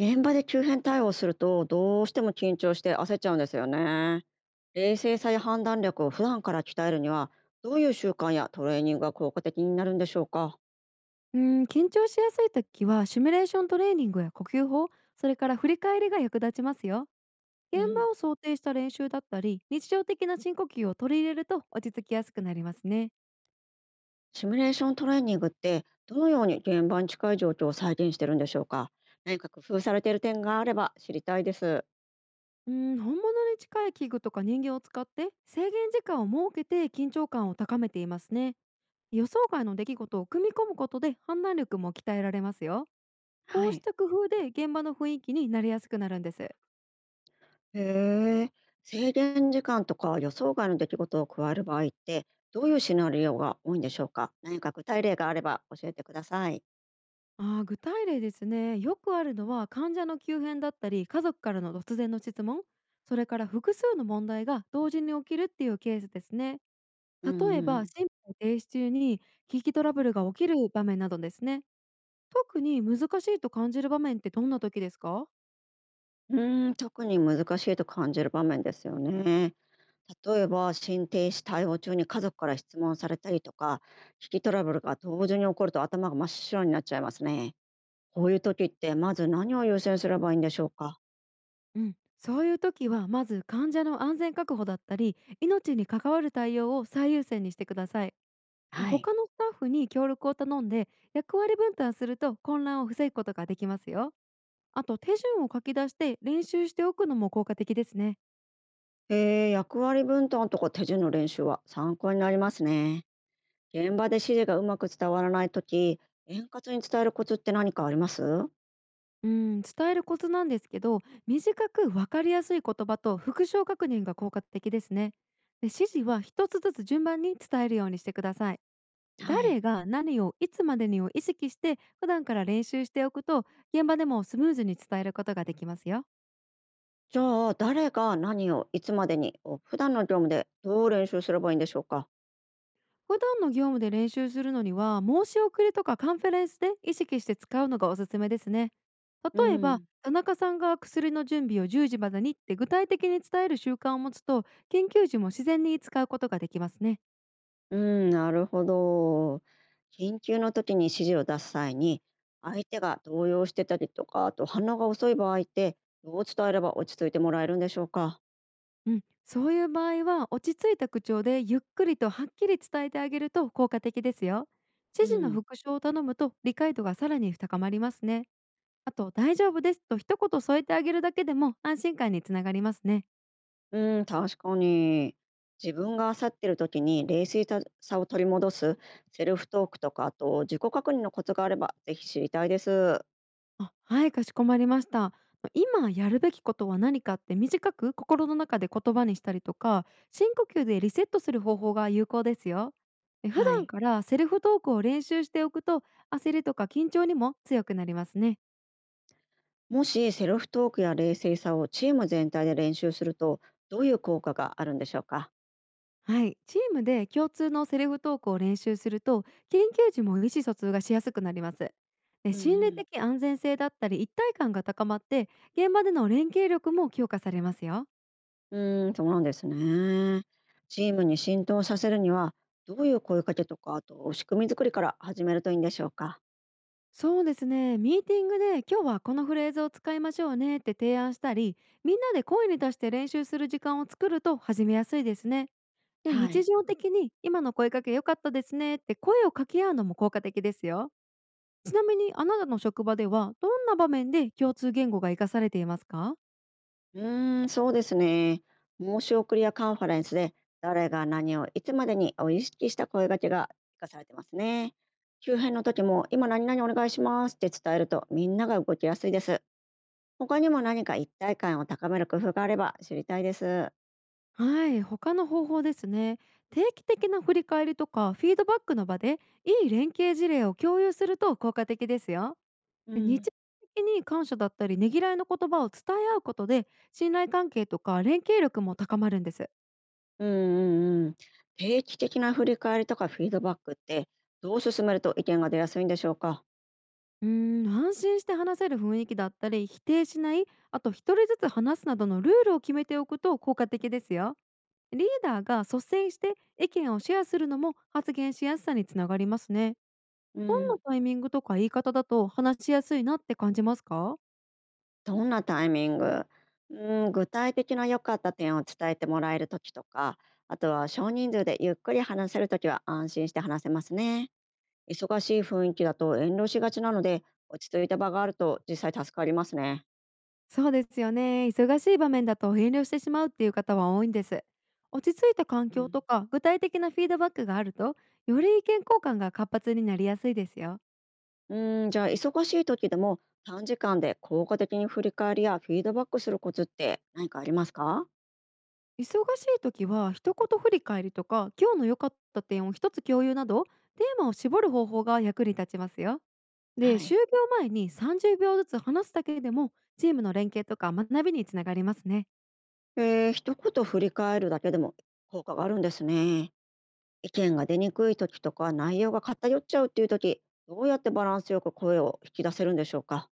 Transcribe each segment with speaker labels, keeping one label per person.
Speaker 1: 現場で急変対応するとどうしても緊張して焦っちゃうんですよね。冷静さや判断力を普段から鍛えるにはどういう習慣やトレーニングが効果的になるんでしょうか？
Speaker 2: うん、緊張しやすい時はシミュレーショントレーニングや呼吸法、それから振り返りが役立ちますよ。
Speaker 1: う
Speaker 2: 現
Speaker 1: ん、
Speaker 2: 場を想定した練習だったり、日常的な深呼吸を取り入れると落ち着きやすくなりますね。
Speaker 1: シミュレーショントレーニングってどのように現場に近い状況を再現してるんでしょうか？何か工夫されている点があれば知りたいです。
Speaker 2: うん、本物に近い器具とか人形を使って制限時間を設けて緊張感を高めていますね。予想外の出来事を組み込むことで判断力も鍛えられますよ。
Speaker 1: は
Speaker 2: こうし
Speaker 1: い。
Speaker 2: た工夫で現場の雰囲気になりやすくなるんです。
Speaker 1: へえ。制限時間とか予想外の出来事を加える場合ってどういうシナリオが多いんでしょうか？何か具体例があれば教えてください。
Speaker 2: ああ、具体例ですね。よくあるのは患者の急変だったり、家族からの突然の質問、それから複数の問題が同時に起きるっていうケースですね。
Speaker 1: うん
Speaker 2: 例え
Speaker 1: う
Speaker 2: ば、
Speaker 1: ん。
Speaker 2: 心肺停止中に危機トラブルが起きる場面などですね。特に難しいと感じる場面ってどんな時ですか？
Speaker 1: 特に難しいと感じる場面ですよね。例えば、心停止対応中に家族から質問されたりとか、危機トラブルが同時に起こると頭が真っ白になっちゃいますね。こういう時って、まず何を優先すればいいんでしょうか？
Speaker 2: うん、そういう時はまず患者の安全確保だったり、命に関わる対応を最優先にしてください。
Speaker 1: はい。
Speaker 2: 他のスタッフに協力を頼んで役割分担すると混乱を防ぐことができますよ。あと手順を書き出して練習しておくのも効果的ですね。
Speaker 1: えー、役割分担とか手順の練習は参考になりますね。現場で指示がうまく伝わらない時、円滑に伝えるコツって何かあります？
Speaker 2: うん、伝えるコツなんですけど、短く分かりやすい言葉と復唱確認が効果的ですね。で、指示は一つずつ順番に伝えるようにしてください。
Speaker 1: はい。
Speaker 2: 誰が何をいつまでにを意識して普段から練習しておくと現場でもスムーズに伝えることができますよ。
Speaker 1: じゃあ、誰が何をいつまでにを普段の業務でどう練習すればいいんでしょうか？
Speaker 2: 普段の業務で練習するのには申し送りとかカンファレンスで意識して使うのがおすすめですね。
Speaker 1: う
Speaker 2: 例えば
Speaker 1: ん、
Speaker 2: 田中さんが薬の準備を10時までにって具体的に伝える習慣を持つと研究時も自然に使うことができますね。
Speaker 1: うん、なるほど。緊急の時に指示を出す際に、相手が動揺してたりとか、あと反応が遅い場合って、どう伝えれば落ち着いてもらえるんでしょうか。
Speaker 2: うん、そういう場合は落ち着いた口調でゆっくりとはっきり伝えてあげると効果的ですよ。
Speaker 1: う
Speaker 2: 指示の
Speaker 1: ん、
Speaker 2: 復唱を頼むと理解度がさらに高まりますね。あと、大丈夫ですと一言添えてあげるだけでも安心感につながりますね。
Speaker 1: うん、確かに。自分が焦ってる時に冷静さを取り戻すセルフトークとか、あと自己確認のコツがあれば、ぜひ知りたいです。
Speaker 2: あ、はい、かしこまりました。今やるべきことは何かって短く心の中で言葉にしたりとか深呼吸でリセットする方法が有効ですよ。普
Speaker 1: は
Speaker 2: 段
Speaker 1: い。
Speaker 2: からセルフトークを練習しておくと焦りとか緊張にも強くなりますね。
Speaker 1: もしセルフトークや冷静さをチーム全体で練習すると、どういう効果があるんでしょうか。
Speaker 2: はい、チームで共通のセルフトークを練習すると緊急時も意思疎通がしやすくなります。で、
Speaker 1: うん、
Speaker 2: 心
Speaker 1: う
Speaker 2: 理
Speaker 1: ん。
Speaker 2: 的安全性だったり一体感が高まって現場での連携力も強化されますよ。
Speaker 1: そうなんですね。チームに浸透させるには、どういう声かけとか、あと仕組み作りから始めるといいんでしょうか。
Speaker 2: そうですね。ミーティングで今日はこのフレーズを使いましょうねって提案したり、みんなで声に出して練習する時間を作ると始めやすいですね。で、
Speaker 1: は
Speaker 2: 日
Speaker 1: い。
Speaker 2: 常的に今の声かけ良かったですねって声を掛け合うのも効果的ですよ。ちなみにあなたの職場ではどんな場面で共通言語が活かされていますか？
Speaker 1: そうですね。申し送りやカンファレンスで、誰が何をいつまでにを意識した声かけが生かされてますね。周辺の時も、今何々お願いしますって伝えると、みんなが動きやすいです。他にも何か一体感を高める工夫があれば知りたいです。
Speaker 2: はい、他の方法ですね。定期的な振り返りとかフィードバックの場でいい連携事例を共有すると効果的ですよ。
Speaker 1: う
Speaker 2: で、日
Speaker 1: ん。
Speaker 2: 常的に感謝だったりねぎらいの言葉を伝え合うことで信頼関係とか連携力も高まるんです。
Speaker 1: うんうんうん。定期的な振り返りとかフィードバックってどう進めると意見が出やすいんでしょうか？
Speaker 2: うーん、安心して話せる雰囲気だったり否定しない、あと一人ずつ話すなどのルールを決めておくと効果的ですよ。リーダーが率先して意見をシェアするのも発言しやすさにつながりますね。
Speaker 1: う
Speaker 2: どんな
Speaker 1: ん。
Speaker 2: タイミングとか言い方だと話しやすいなって感じますか？
Speaker 1: どんなタイミング。うん、具体的な良かった点を伝えてもらえるときとか、あとは少人数でゆっくり話せるときは安心して話せますね。忙しい雰囲気だと遠慮しがちなので、落ち着いた場があると実際助かりますね。
Speaker 2: そうですよね。忙しい場面だと遠慮してしまうっていう方は多いんです。落ち着いた環
Speaker 1: う
Speaker 2: 境とか具体的なフィードバックがあると、より意見交換が活発になりやすいですよ。
Speaker 1: ん、うん、じゃあ忙しい時でも短時間で効果的に振り返りやフィードバックするコツって何かありますか？
Speaker 2: 忙しい時は一言振り返りとか今日の良かった点を一つ共有などテーマを絞る方法が役に立ちますよ。で、
Speaker 1: は
Speaker 2: 就
Speaker 1: い。
Speaker 2: 業前に30秒ずつ話すだけでもチームの連携とか学びにつながりますね。
Speaker 1: えー、一言振り返るだけでも効果があるんですね。意見が出にくい時とか内容が偏っちゃうっていう時、どうやってバランスよく声を引き出せるんでしょうか。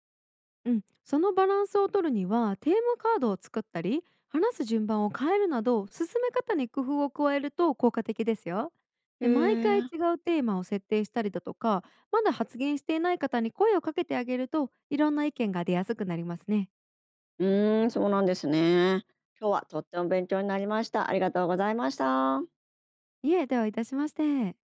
Speaker 2: うん、そのバランスを取るにはテーマカードを作ったり話す順番を変えるなど進め方に工夫を加えると効果的ですよ。
Speaker 1: へ
Speaker 2: で、毎回違
Speaker 1: え。
Speaker 2: うテーマを設定したりだとかまだ発言していない方に声をかけてあげるといろんな意見が出やすくなりますね。
Speaker 1: そうなんですね。今日はとっても勉強になりました。ありがとうございました。
Speaker 2: いえ、ではいたしまして。